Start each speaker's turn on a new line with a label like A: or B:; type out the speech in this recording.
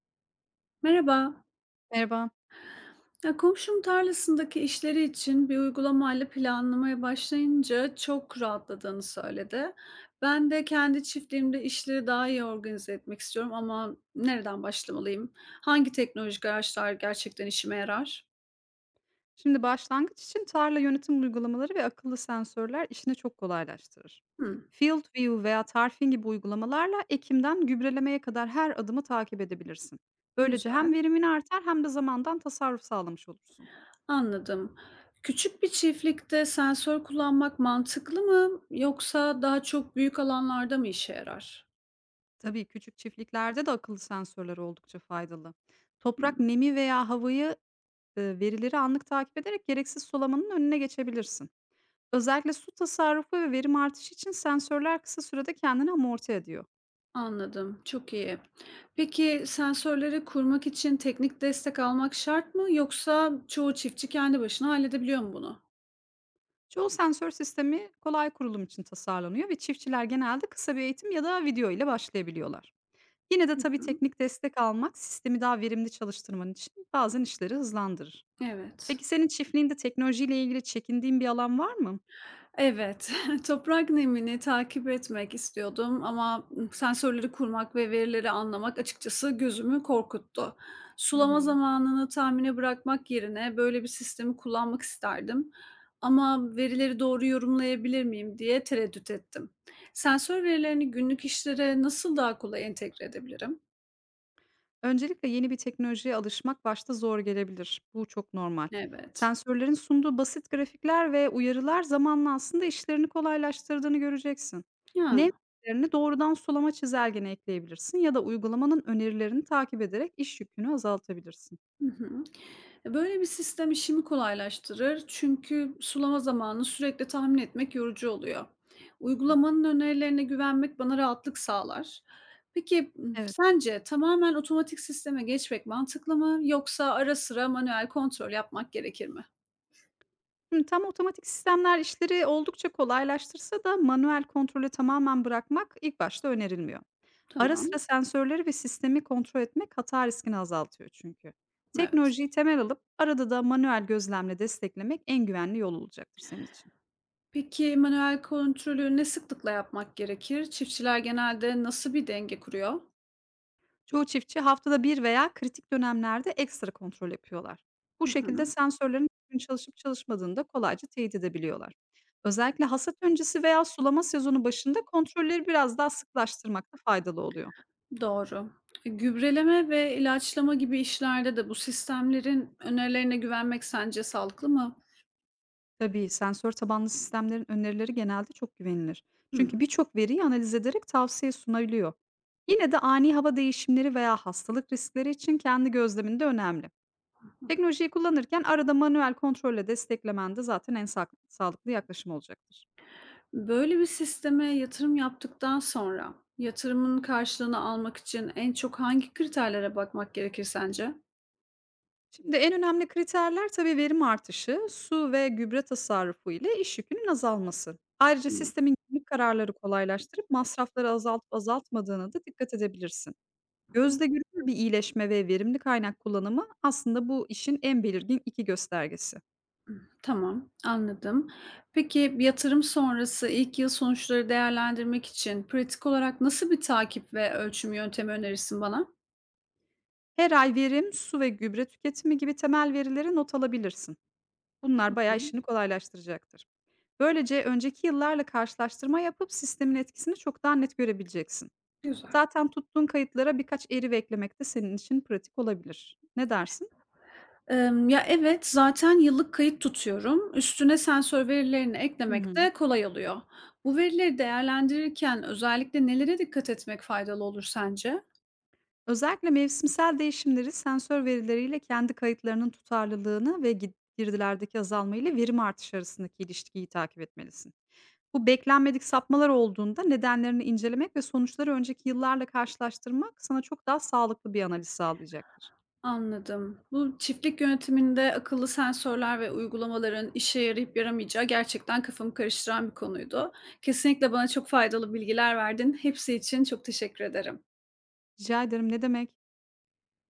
A: Merhaba.
B: Merhaba.
A: Ya komşum tarlasındaki işleri için bir uygulamayla planlamaya başlayınca çok rahatladığını söyledi. Ben de kendi çiftliğimde işleri daha iyi organize etmek istiyorum ama nereden başlamalıyım? Hangi teknolojik araçlar gerçekten işime yarar?
B: Şimdi başlangıç için tarla yönetim uygulamaları ve akıllı sensörler işini çok kolaylaştırır.
A: Hmm,
B: Field View veya Tarfin gibi uygulamalarla ekimden gübrelemeye kadar her adımı takip edebilirsin. Böylece hem
A: güzel.
B: verimin artar hem de zamandan tasarruf sağlamış olursun.
A: Anladım. Küçük bir çiftlikte sensör kullanmak mantıklı mı yoksa daha çok büyük alanlarda mı işe yarar?
B: Tabii küçük çiftliklerde de akıllı sensörler oldukça faydalı. Toprak
A: Hmm.
B: nemi veya havayı verileri anlık takip ederek gereksiz sulamanın önüne geçebilirsin. Özellikle su tasarrufu ve verim artışı için sensörler kısa sürede kendini amorti ediyor.
A: Anladım, çok iyi. Peki sensörleri kurmak için teknik destek almak şart mı yoksa çoğu çiftçi kendi başına halledebiliyor mu bunu?
B: Çoğu sensör sistemi kolay kurulum için tasarlanıyor ve çiftçiler genelde kısa bir eğitim ya da video ile başlayabiliyorlar. Yine de
A: Hı
B: tabii
A: hı.
B: teknik destek almak sistemi daha verimli çalıştırman için bazen işleri hızlandırır.
A: Evet.
B: Peki senin çiftliğinde teknolojiyle ilgili çekindiğin bir alan var mı?
A: Evet, toprak nemini takip etmek istiyordum ama sensörleri kurmak ve verileri anlamak açıkçası gözümü korkuttu.
B: Hı
A: Sulama
B: hı.
A: zamanını tahmine bırakmak yerine böyle bir sistemi kullanmak isterdim. Ama verileri doğru yorumlayabilir miyim diye tereddüt ettim. Sensör verilerini günlük işlere nasıl daha kolay entegre edebilirim?
B: Öncelikle yeni bir teknolojiye alışmak başta zor gelebilir. Bu çok normal.
A: Evet.
B: Sensörlerin sunduğu basit grafikler ve uyarılar zamanla aslında işlerini kolaylaştırdığını göreceksin. Nem
A: Ya.
B: verilerini doğrudan sulama çizelgene ekleyebilirsin ya da uygulamanın önerilerini takip ederek iş yükünü azaltabilirsin.
A: Hı hı. Böyle bir sistem işimi kolaylaştırır çünkü sulama zamanını sürekli tahmin etmek yorucu oluyor.
B: Hı.
A: Uygulamanın önerilerine güvenmek bana rahatlık sağlar. Peki
B: Evet.
A: sence tamamen otomatik sisteme geçmek mantıklı mı yoksa ara sıra manuel kontrol yapmak gerekir mi?
B: Hı, Tam otomatik sistemler işleri oldukça kolaylaştırsa da manuel kontrolü tamamen bırakmak ilk başta önerilmiyor. Ara sıra
A: Tamam,
B: sensörleri ve sistemi kontrol etmek hata riskini azaltıyor çünkü.
A: evet.
B: Teknolojiyi temel alıp arada da manuel gözlemle desteklemek en güvenli yol olacaktır senin için.
A: Peki manuel kontrolü ne sıklıkla yapmak gerekir? Çiftçiler genelde nasıl bir denge kuruyor?
B: Çoğu çiftçi haftada bir veya kritik dönemlerde ekstra kontrol yapıyorlar. Bu
A: Hı
B: şekilde
A: hı.
B: sensörlerin gün çalışıp çalışmadığını da kolayca teyit edebiliyorlar. Özellikle hasat öncesi veya sulama sezonu başında kontrolleri biraz daha sıklaştırmakta faydalı oluyor.
A: Doğru. Gübreleme ve ilaçlama gibi işlerde de bu sistemlerin önerilerine güvenmek sence sağlıklı mı?
B: Tabii, sensör tabanlı sistemlerin önerileri genelde çok güvenilir. Çünkü
A: Hımm.
B: birçok veriyi analiz ederek tavsiye sunabiliyor. Yine de ani hava değişimleri veya hastalık riskleri için kendi gözleminde önemli. Teknolojiyi kullanırken arada manuel kontrolle desteklemen de zaten sağlıklı yaklaşım olacaktır.
A: Böyle bir sisteme yatırım yaptıktan sonra yatırımın karşılığını almak için en çok hangi kriterlere bakmak gerekir sence?
B: Şimdi en önemli kriterler tabii verim artışı, su ve gübre tasarrufu ile iş yükünün azalması. Ayrıca
A: Hımm.
B: sistemin günlük kararları kolaylaştırıp masrafları azaltıp azaltmadığını da dikkat edebilirsin. Gözle görülür bir iyileşme ve verimli kaynak kullanımı aslında bu işin en belirgin iki göstergesi.
A: Tamam, anladım. Peki yatırım sonrası ilk yıl sonuçları değerlendirmek için pratik olarak nasıl bir takip ve ölçüm yöntemi önerirsin bana?
B: Her ay verim, su ve gübre tüketimi gibi temel verileri not alabilirsin. Bunlar bayağı işini
A: Hı.
B: kolaylaştıracaktır. Böylece önceki yıllarla karşılaştırma yapıp sistemin etkisini çok daha net görebileceksin.
A: Güzel.
B: Zaten tuttuğun kayıtlara birkaç eri eklemek de senin için pratik olabilir. Ne dersin?
A: Evet, zaten yıllık kayıt tutuyorum. Üstüne sensör verilerini
B: Hı
A: eklemek
B: hı.
A: de kolay oluyor. Bu verileri değerlendirirken özellikle nelere dikkat etmek faydalı olur sence?
B: Özellikle mevsimsel değişimleri sensör verileriyle kendi kayıtlarının tutarlılığını ve girdilerdeki azalma ile verim artışı arasındaki ilişkiyi takip etmelisin. Bu beklenmedik sapmalar olduğunda nedenlerini incelemek ve sonuçları önceki yıllarla karşılaştırmak sana çok daha sağlıklı bir analiz sağlayacaktır.
A: Anladım. Bu çiftlik yönetiminde akıllı sensörler ve uygulamaların işe yarayıp yaramayacağı gerçekten kafamı karıştıran bir konuydu. Kesinlikle bana çok faydalı bilgiler verdin. Hepsi için çok teşekkür ederim.
B: Rica ederim ne demek?